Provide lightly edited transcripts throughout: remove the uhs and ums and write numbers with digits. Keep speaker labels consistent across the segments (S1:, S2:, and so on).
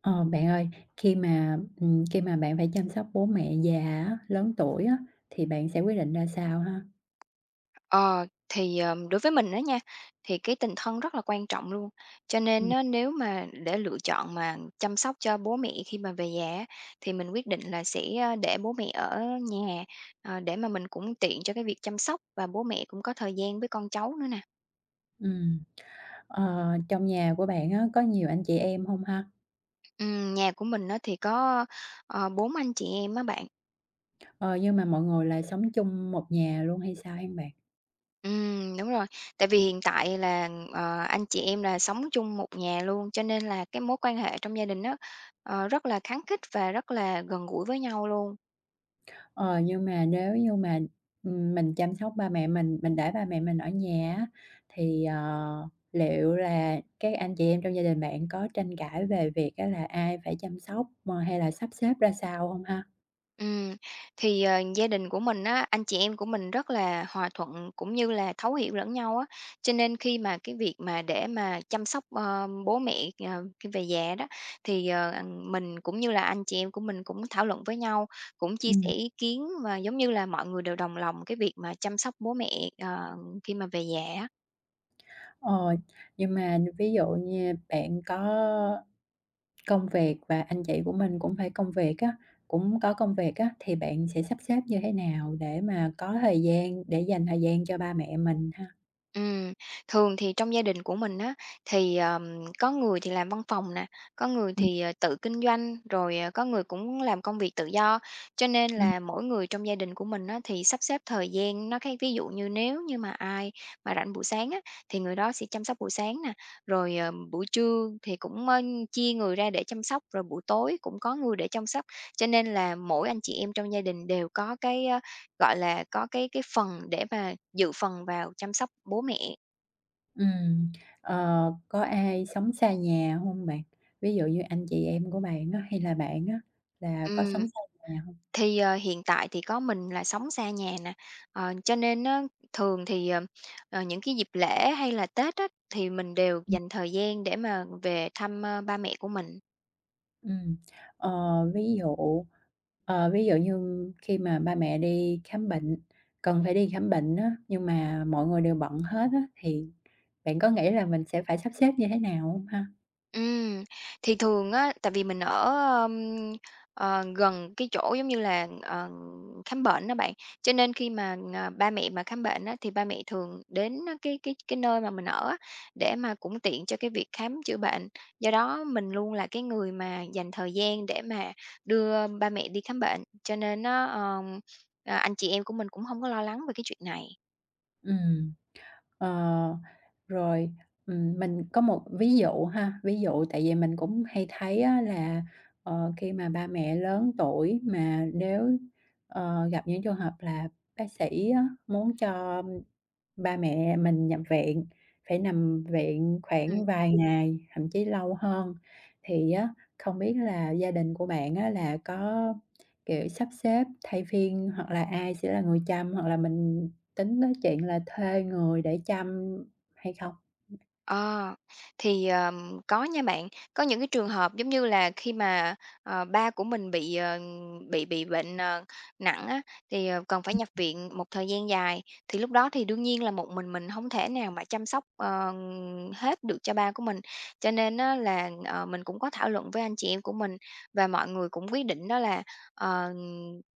S1: Ờ, Bạn ơi, khi mà bạn phải chăm sóc bố mẹ già á, lớn tuổi á, thì bạn sẽ quyết định ra sao ha?
S2: Ờ, thì, đối với mình đó nha, thì cái tình thân rất là quan trọng luôn. Cho nên
S1: Ừm.
S2: á, nếu mà để lựa chọn mà chăm sóc cho bố mẹ khi mà về nhà á, thì mình quyết định là sẽ, để bố mẹ ở nhà, để mà mình cũng tiện cho cái việc chăm sóc và bố mẹ cũng có thời gian với con cháu nữa nè.
S1: Ừm, trong nhà của bạn á, có nhiều anh chị em hông ha?
S2: Nhà của mình á, thì có, 4 anh chị em á bạn.
S1: Ờ, nhưng mà mọi người là sống chung một nhà luôn hay sao hén bạn?
S2: Đúng rồi. Tại vì hiện tại là, anh chị em là sống chung một nhà luôn, cho nên là cái mối quan hệ trong gia đình đó rất là khăng khít và rất là gần gũi với nhau luôn.
S1: Ờ, nhưng mà nếu như mà, mình chăm sóc ba mẹ mình để ba mẹ mình ở nhà á, thì, liệu là các anh chị em trong gia đình bạn có tranh cãi về việc á là ai phải chăm sóc, hay là sắp xếp ra sao hông ha?
S2: Ừ, thì, gia đình của mình á, anh chị em của mình rất là hòa thuận cũng như là thấu hiểu lẫn nhau á. Cho nên khi mà cái việc mà để mà chăm sóc, bố mẹ, khi về già đó, thì, mình cũng như là anh chị em của mình cũng thảo luận với nhau, cũng chia sẻ
S1: Ừm.
S2: ý kiến và giống như là mọi người đều đồng lòng cái việc mà chăm sóc bố mẹ, ờ, khi mà về già á.
S1: Ờ, nhưng mà ví dụ như bạn có công việc và anh chị của mình cũng phải công việc á, cũng có công việc á, thì bạn sẽ sắp xếp như thế nào để mà có thời gian để dành thời gian cho ba mẹ mình ha?
S2: Ừm, Thường thì trong gia đình của mình á, thì, có người thì làm văn phòng nè, có người
S1: Ừm,
S2: thì, tự kinh doanh, rồi, có người cũng làm công việc tự do. Cho nên
S1: ừm,
S2: là mỗi người trong gia đình của mình á, thì sắp xếp thời gian nó khác. Ví dụ như nếu như mà ai mà rảnh buổi sáng á, thì người đó sẽ chăm sóc buổi sáng nè, rồi, buổi trưa thì cũng, chia người ra để chăm sóc, rồi buổi tối cũng có người để chăm sóc. Cho nên là mỗi anh chị em trong gia đình đều có gọi là, có cái phần để mà dự phần vào chăm sóc bố mẹ.
S1: ừm. Có ai sống xa nhà hông bạn? Ví dụ như anh chị em của bạn á, hay là bạn á, là có sống
S2: Ừm,
S1: xa nhà hông?
S2: thì, hiện tại thì có mình là sống xa nhà nè, cho nên á, thường thì, những cái dịp lễ hay là Tết á, thì mình đều dành thời gian để mà về thăm, ba mẹ của mình.
S1: Ừm, ờ, ví dụ, ví dụ như khi mà ba mẹ đi khám bệnh, cần phải đi khám bệnh á, nhưng mà mọi người đều bận hết á, thì bạn có nghĩ là mình sẽ phải sắp xếp như thế nào hông ha?
S2: Ừm, thì thường á, tại vì mình ở, ờm, gần cái chỗ giống như là, khám bệnh đó bạn, cho nên khi mà, ba mẹ mà khám bệnh á, thì ba mẹ thường đến cái nơi mà mình ở á, để mà cũng tiện cho cái việc khám chữa bệnh. Do đó mình luôn là cái người mà dành thời gian để mà đưa ba mẹ đi khám bệnh, cho nên nó anh chị em của mình cũng không có lo lắng về cái chuyện này.
S1: Ừm, ờ, rồi, mình có một ví dụ ha, ví dụ tại vì mình cũng hay thấy á là, khi mà ba mẹ lớn tuổi mà nếu, gặp những trường hợp là bác sĩ á, muốn cho ba mẹ mình nhập viện, phải nằm viện khoảng vài ngày, thậm chí lâu hơn. Thì á, không biết là gia đình của bạn á là có, kiểu, sắp xếp thay phiên hoặc là ai sẽ là người chăm, hoặc là mình tính tới chuyện là thuê người để chăm hay không?
S2: Ờ, thì, có nha bạn. Có những cái trường hợp giống như là khi mà, ba của mình bị bệnh, nặng á, thì, cần phải nhập viện một thời gian dài, thì lúc đó thì đương nhiên là một mình không thể nào mà chăm sóc, hết được cho ba của mình. Cho nên á là, mình cũng có thảo luận với anh chị em của mình và mọi người cũng quyết định đó là, ờ,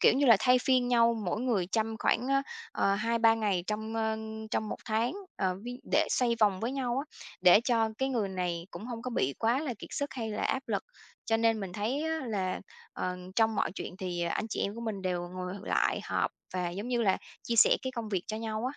S2: kiểu như là, thay phiên nhau mỗi người chăm khoảng, 2-3 ngày trong một tháng, ví để xoay vòng với nhau á. Để cho cái người này cũng không có bị quá là kiệt sức hay là áp lực. Cho nên mình thấy á là, trong mọi chuyện thì anh chị em của mình đều ngồi lại họp và, giống như là, chia sẻ cái công việc cho nhau á.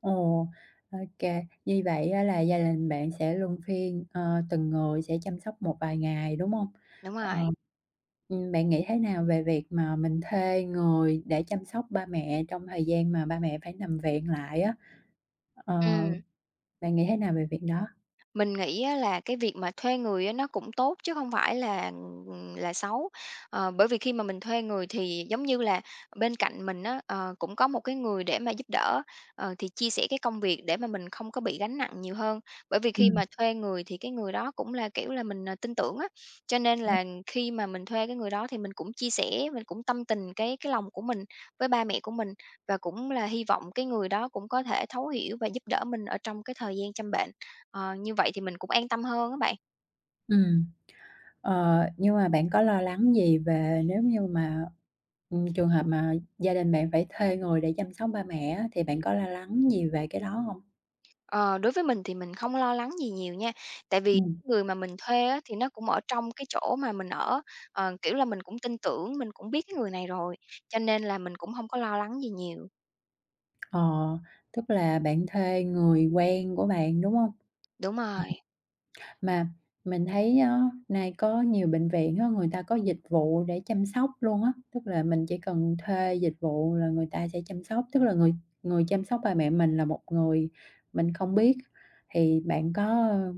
S1: Ồ, OK, như vậy á là gia đình bạn sẽ luân phiên, từng người sẽ chăm sóc một vài ngày, đúng không?
S2: Đúng
S1: Ờ,
S2: rồi,
S1: bạn nghĩ thế nào về việc mà mình thuê người để chăm sóc ba mẹ trong thời gian mà ba mẹ phải nằm viện lại á? Ờ,
S2: ừ.
S1: Bạn nghĩ thế nào về việc đó?
S2: Mình nghĩ á là cái việc mà thuê người á nó cũng tốt chứ không phải là xấu. Bởi vì khi mà mình thuê người thì giống như là bên cạnh mình á, cũng có một cái người để mà giúp đỡ, thì chia sẻ cái công việc để mà mình không có bị gánh nặng nhiều hơn. Bởi vì
S1: Ừ.
S2: khi mà thuê người thì cái người đó cũng là, kiểu là, mình, tin tưởng á, cho nên là khi mà mình thuê cái người đó thì mình cũng chia sẻ, mình cũng tâm tình cái lòng của mình với ba mẹ của mình và cũng là hy vọng cái người đó cũng có thể thấu hiểu và giúp đỡ mình ở trong cái thời gian chăm bệnh. Như vậy thì mình cũng an tâm hơn á bạn.
S1: Ừ. Nhưng mà bạn có lo lắng gì về nếu như mà, trường hợp mà gia đình bạn phải thuê người để chăm sóc ba mẹ á, thì bạn có lo lắng gì về cái đó không?
S2: Ờ, Đối với mình thì mình không lo lắng gì nhiều nha, tại
S1: Ừ.
S2: vì người mà mình thuê á, thì nó cũng ở trong cái chỗ mà mình ở, kiểu là, mình cũng tin tưởng, mình cũng biết cái người này rồi, cho nên là mình cũng không có lo lắng gì nhiều.
S1: Ờ, Tức là bạn thuê người quen của bạn, đúng không?
S2: Đúng
S1: Ừm.
S2: rồi,
S1: Mà mình thấy á, nay có nhiều bệnh viện á, người ta có dịch vụ để chăm sóc luôn á, tức là mình chỉ cần thuê dịch vụ là người ta sẽ chăm sóc, tức là người người chăm sóc bà mẹ mình là một người mình không biết. Thì bạn có, ơ,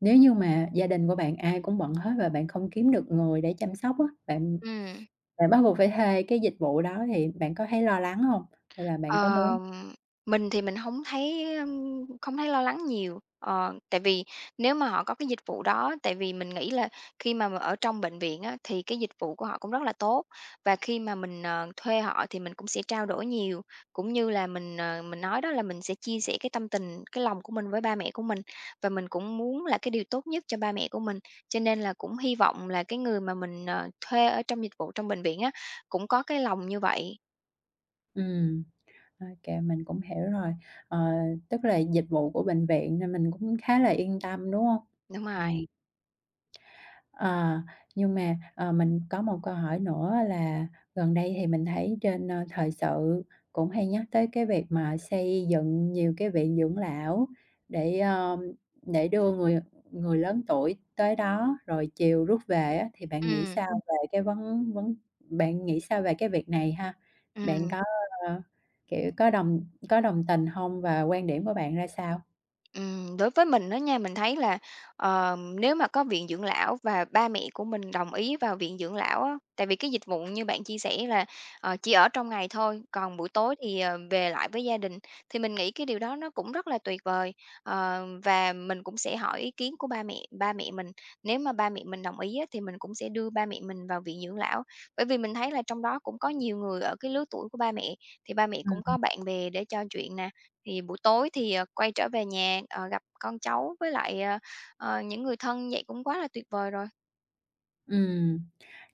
S1: nếu như mà gia đình của bạn ai cũng bận hết và bạn không kiếm được người để chăm sóc á, bạn
S2: ừm.
S1: bạn bắt buộc phải thuê cái dịch vụ đó thì bạn có thấy lo lắng không? Hay là bạn có muốn
S2: Ờm, mình thì mình không thấy, không thấy lo lắng nhiều, tại vì nếu mà họ có cái dịch vụ đó tại vì mình nghĩ là khi mà ở trong bệnh viện á, thì cái dịch vụ của họ cũng rất là tốt và khi mà mình, thuê họ thì mình cũng sẽ trao đổi nhiều, cũng như là mình nói đó là mình sẽ chia sẻ cái tâm tình, cái lòng của mình với ba mẹ của mình và mình cũng muốn là cái điều tốt nhất cho ba mẹ của mình. Cho nên là cũng hy vọng là cái người mà mình, thuê ở trong dịch vụ trong bệnh viện á, cũng có cái lòng như vậy.
S1: Ừm, OK, mình cũng hiểu rồi. Ờ, Tức là dịch vụ của bệnh viện nên mình cũng khá là yên tâm, đúng hông?
S2: Đúng rồi.
S1: Ừm. Ờ, nhưng mà, mình có một câu hỏi nữa là gần đây thì mình thấy trên, thời sự cũng hay nhắc tới cái việc mà xây dựng nhiều cái viện dưỡng lão để, ơ, để đưa người người lớn tuổi tới đó rồi chiều rút về á, thì bạn nghĩ
S2: Ừm.
S1: sao về cái vấn vấn bạn nghĩ sao về cái việc này ha? Bạn
S2: Ừm,
S1: có, ơ, kiểu, có có đồng tình không và quan điểm của bạn ra sao?
S2: Đối với mình đó nha, mình thấy là, nếu mà có viện dưỡng lão và ba mẹ của mình đồng ý vào viện dưỡng lão á, tại vì cái dịch vụ như bạn chia sẻ là, chỉ ở trong ngày thôi, còn buổi tối thì, về lại với gia đình, thì mình nghĩ cái điều đó nó cũng rất là tuyệt vời. Và mình cũng sẽ hỏi ý kiến của ba mẹ mình, nếu mà ba mẹ mình đồng ý á, thì mình cũng sẽ đưa ba mẹ mình vào viện dưỡng lão. Bởi vì mình thấy là trong đó cũng có nhiều người ở cái lứa tuổi của ba mẹ, thì ba mẹ
S1: Ừm.
S2: cũng có bạn bè để trò chuyện nè. Thì buổi tối thì, quay trở về nhà, gặp con cháu với lại, những người thân vậy cũng quá là tuyệt vời rồi.
S1: Ừm,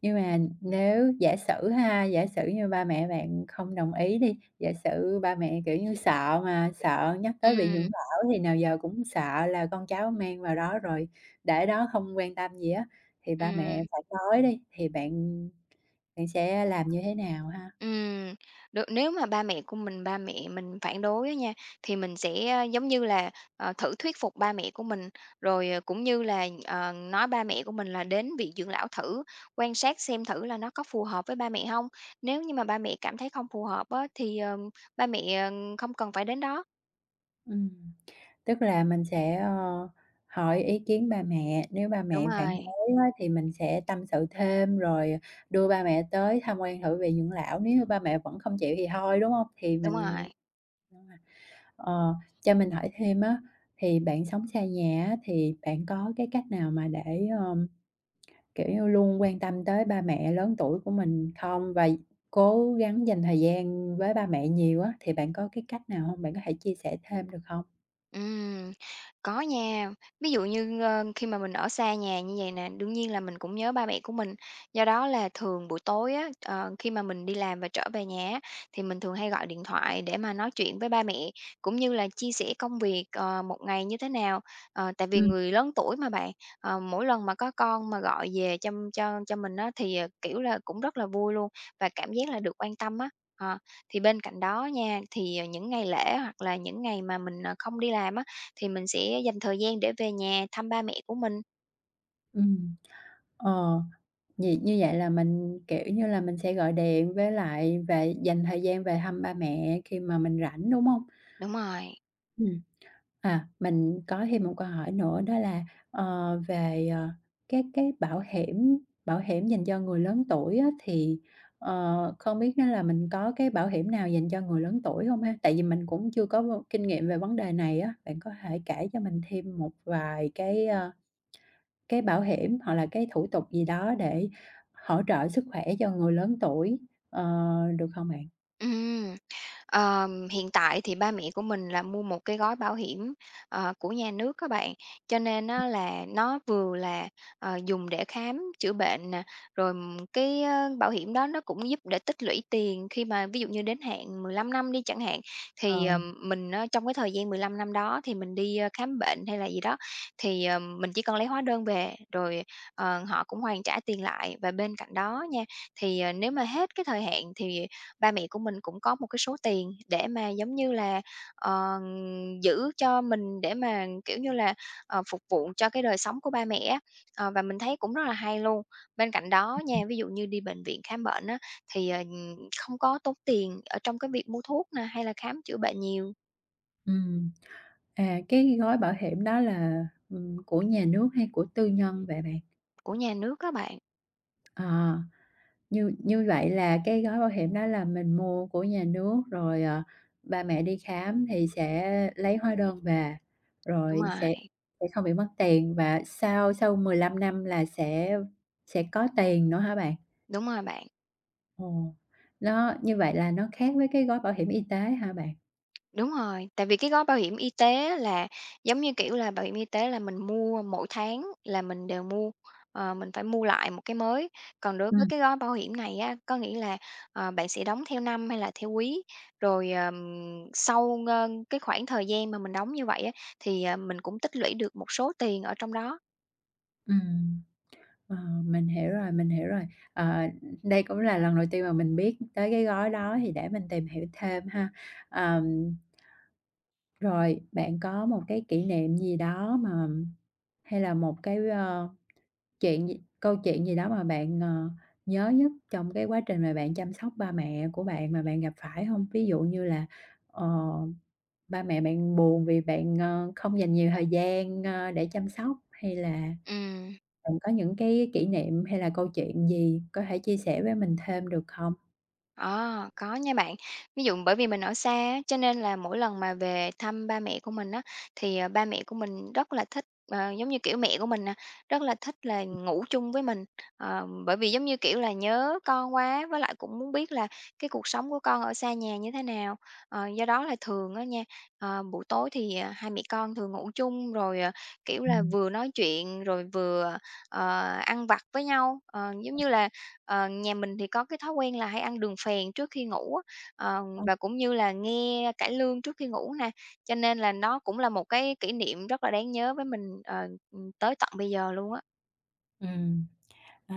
S1: nhưng mà nếu giả sử ha, giả sử như ba mẹ bạn không đồng ý đi, giả sử ba mẹ, kiểu như, sợ mà, sợ nhắc tới bị nhũng
S2: Ừm,
S1: nhẽo thì nào giờ cũng sợ là con cháu mang vào đó rồi để đó không quan tâm gì á, thì ba mẹ
S2: ừm,
S1: phải nói đi, thì bạn bạn sẽ làm như thế nào ha?
S2: ừm. Được, nếu mà ba mẹ mình phản đối á nha, thì mình sẽ, giống như là, thử thuyết phục ba mẹ của mình, rồi, cũng như là, nói ba mẹ của mình là đến viện dưỡng lão thử, quan sát xem thử là nó có phù hợp với ba mẹ không? Nếu như mà ba mẹ cảm thấy không phù hợp á, thì, ba mẹ, không cần phải đến đó.
S1: Ừ. Tức là mình sẽ, hỏi ý kiến ba mẹ, nếu ba
S2: Đúng
S1: mẹ phản
S2: rồi,
S1: đối á thì mình sẽ tâm sự thêm, rồi đưa ba mẹ tới tham quan thử về dưỡng lão, nếu như ba mẹ vẫn không chịu thì thôi, đúng không? Thì
S2: đúng rồi.
S1: mình ờ, cho mình hỏi thêm á, thì bạn sống xa nhà á, thì bạn có cái cách nào mà để, kiểu như, luôn quan tâm tới ba mẹ lớn tuổi của mình không? Và cố gắng dành thời gian với ba mẹ nhiều á, thì bạn có cái cách nào không? Bạn có thể chia sẻ thêm được không?
S2: Ừm, có nha. Ví dụ như, khi mà mình ở xa nhà như vậy nè, đương nhiên là mình cũng nhớ ba mẹ của mình. Do đó là thường buổi tối á, khi mà mình đi làm và trở về nhà á, thì mình thường hay gọi điện thoại để mà nói chuyện với ba mẹ, cũng như là chia sẻ công việc, một ngày như thế nào. Tại vì
S1: Ừm.
S2: người lớn tuổi mà bạn, mỗi lần mà có con mà gọi về chăm cho mình á, thì, kiểu là, cũng rất là vui luôn và cảm giác là được quan tâm á. Ờ. Thì bên cạnh đó nha, thì, những ngày lễ hoặc là những ngày mà mình, không đi làm á, thì mình sẽ dành thời gian để về nhà thăm ba mẹ của mình.
S1: Ừm, ờ. Vì như vậy là mình, kiểu như là, mình sẽ gọi điện với lại về dành thời gian về thăm ba mẹ khi mà mình rảnh, đúng hông?
S2: Đúng rồi.
S1: Ừm. À, mình có thêm một câu hỏi nữa đó là, ờ, về, các cái bảo hiểm dành cho người lớn tuổi á, thì, không biết á là mình có cái bảo hiểm nào dành cho người lớn tuổi hông ha? Tại vì mình cũng chưa có v kinh nghiệm về vấn đề này á, bạn có thể kể cho mình thêm một vài cái, cái bảo hiểm hoặc là cái thủ tục gì đó để hỗ trợ sức khỏe cho người lớn tuổi, ờ, được không bạn?
S2: Ừm, Hiện tại thì ba mẹ của mình là mua một cái gói bảo hiểm, của nhà nước các bạn, cho nên nó vừa là, dùng để khám chữa bệnh nè, rồi, cái, bảo hiểm đó nó cũng giúp để tích lũy tiền khi mà ví dụ như đến hạn 15 năm đi chẳng hạn,
S1: Ờ.
S2: thì, mình á trong cái thời gian 15 năm đó thì mình đi, khám bệnh hay là gì đó, thì, mình chỉ cần lấy hóa đơn về rồi, họ cũng hoàn trả tiền lại. Và bên cạnh đó nha, thì, nếu mà hết cái thời hạn thì ba mẹ của mình cũng có một cái số tiền để mà, giống như là, ờ, giữ cho mình để mà, kiểu như là, phục vụ cho cái đời sống của ba mẹ á, và mình thấy cũng rất là hay luôn. Bên cạnh đó nha, ví dụ như đi bệnh viện khám bệnh á, thì, không có tốn tiền ở trong cái việc mua thuốc nè, hay là khám chữa bệnh nhiều
S1: Ừm, à, cái gói bảo hiểm đó là, của nhà nước hay của tư nhân vậy bạn?
S2: của nhà nước các bạn.
S1: Ờ, như như vậy là cái gói bảo hiểm đó là mình mua của nhà nước, rồi, ba mẹ đi khám thì sẽ lấy hóa đơn về,
S2: Đúng
S1: rồi
S2: rồi,
S1: sẽ không bị mất tiền và sau sau 15 năm là sẽ có tiền nữa hả bạn?
S2: đúng rồi bạn.
S1: Ồ, nó như vậy là nó khác với cái gói bảo hiểm y tế hả bạn?
S2: Đúng rồi, tại vì cái gói bảo hiểm y tế á là giống như, kiểu là, bảo hiểm y tế là mình mua mỗi tháng là mình đều mua, mình phải mua lại một cái mới. Còn đối với
S1: Ừm,
S2: cái gói bảo hiểm này á, có nghĩa là, bạn sẽ đóng theo năm hay là theo quý, rồi, sau, cái khoảng thời gian mà mình đóng như vậy á, thì, mình cũng tích lũy được một số tiền ở trong đó.
S1: ừm. Ờ, mình hiểu rồi, mình hiểu rồi. Ờ, Đây cũng là lần đầu tiên mà mình biết tới cái gói đó thì để mình tìm hiểu thêm ha. Ờm, Rồi bạn có một cái kỷ niệm gì đó mà hay là một cái, chuyện gì câu chuyện gì đó mà bạn, nhớ nhất trong cái quá trình mà bạn chăm sóc ba mẹ của bạn mà bạn gặp phải không? Ví dụ như là, ờ, ba mẹ bạn buồn vì bạn, không dành nhiều thời gian, để chăm sóc, hay là
S2: Ừm.
S1: bạn có những cái kỷ niệm hay là câu chuyện gì có thể chia sẻ với mình thêm được không?
S2: À, có nha bạn. Ví dụ bởi vì mình ở xa á, cho nên là mỗi lần mà về thăm ba mẹ của mình á, thì, ba mẹ của mình rất là thích, giống như, kiểu, mẹ của mình nè, rất là thích là ngủ chung với mình. Bởi vì, giống như, kiểu là, nhớ con quá, với lại cũng muốn biết là cái cuộc sống của con ở xa nhà như thế nào. Do đó là thường á nha, buổi tối thì, hai mẹ con thường ngủ chung rồi, kiểu là,
S1: Ừm.
S2: vừa nói chuyện rồi vừa, ăn vặt với nhau. Ờ, giống như là Ờ, Nhà mình thì có cái thói quen là hay ăn đường phèn trước khi ngủ á,
S1: Ờ.
S2: và cũng như là nghe cải lương trước khi ngủ nè, cho nên là nó cũng là một cái kỷ niệm rất là đáng nhớ với mình, tới tận bây giờ luôn á.
S1: Ừm, ô,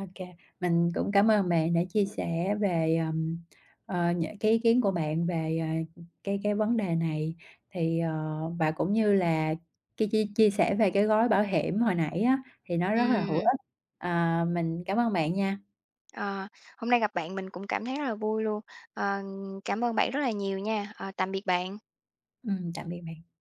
S1: mình cũng cảm ơn bạn đã chia sẻ về, những cái ý kiến của bạn về, cái vấn đề này, thì, ờ và cũng như là cái chia chia sẻ về cái gói bảo hiểm hồi nãy á, thì nó rất là hữu
S2: Ừm.
S1: ích. Mình cảm ơn bạn nha.
S2: Ờ, Hôm nay gặp bạn mình cũng cảm thấy rất là vui luôn. Ờ, Cảm ơn bạn rất là nhiều nha. Ờ, Tạm biệt bạn.
S1: Tạm biệt bạn.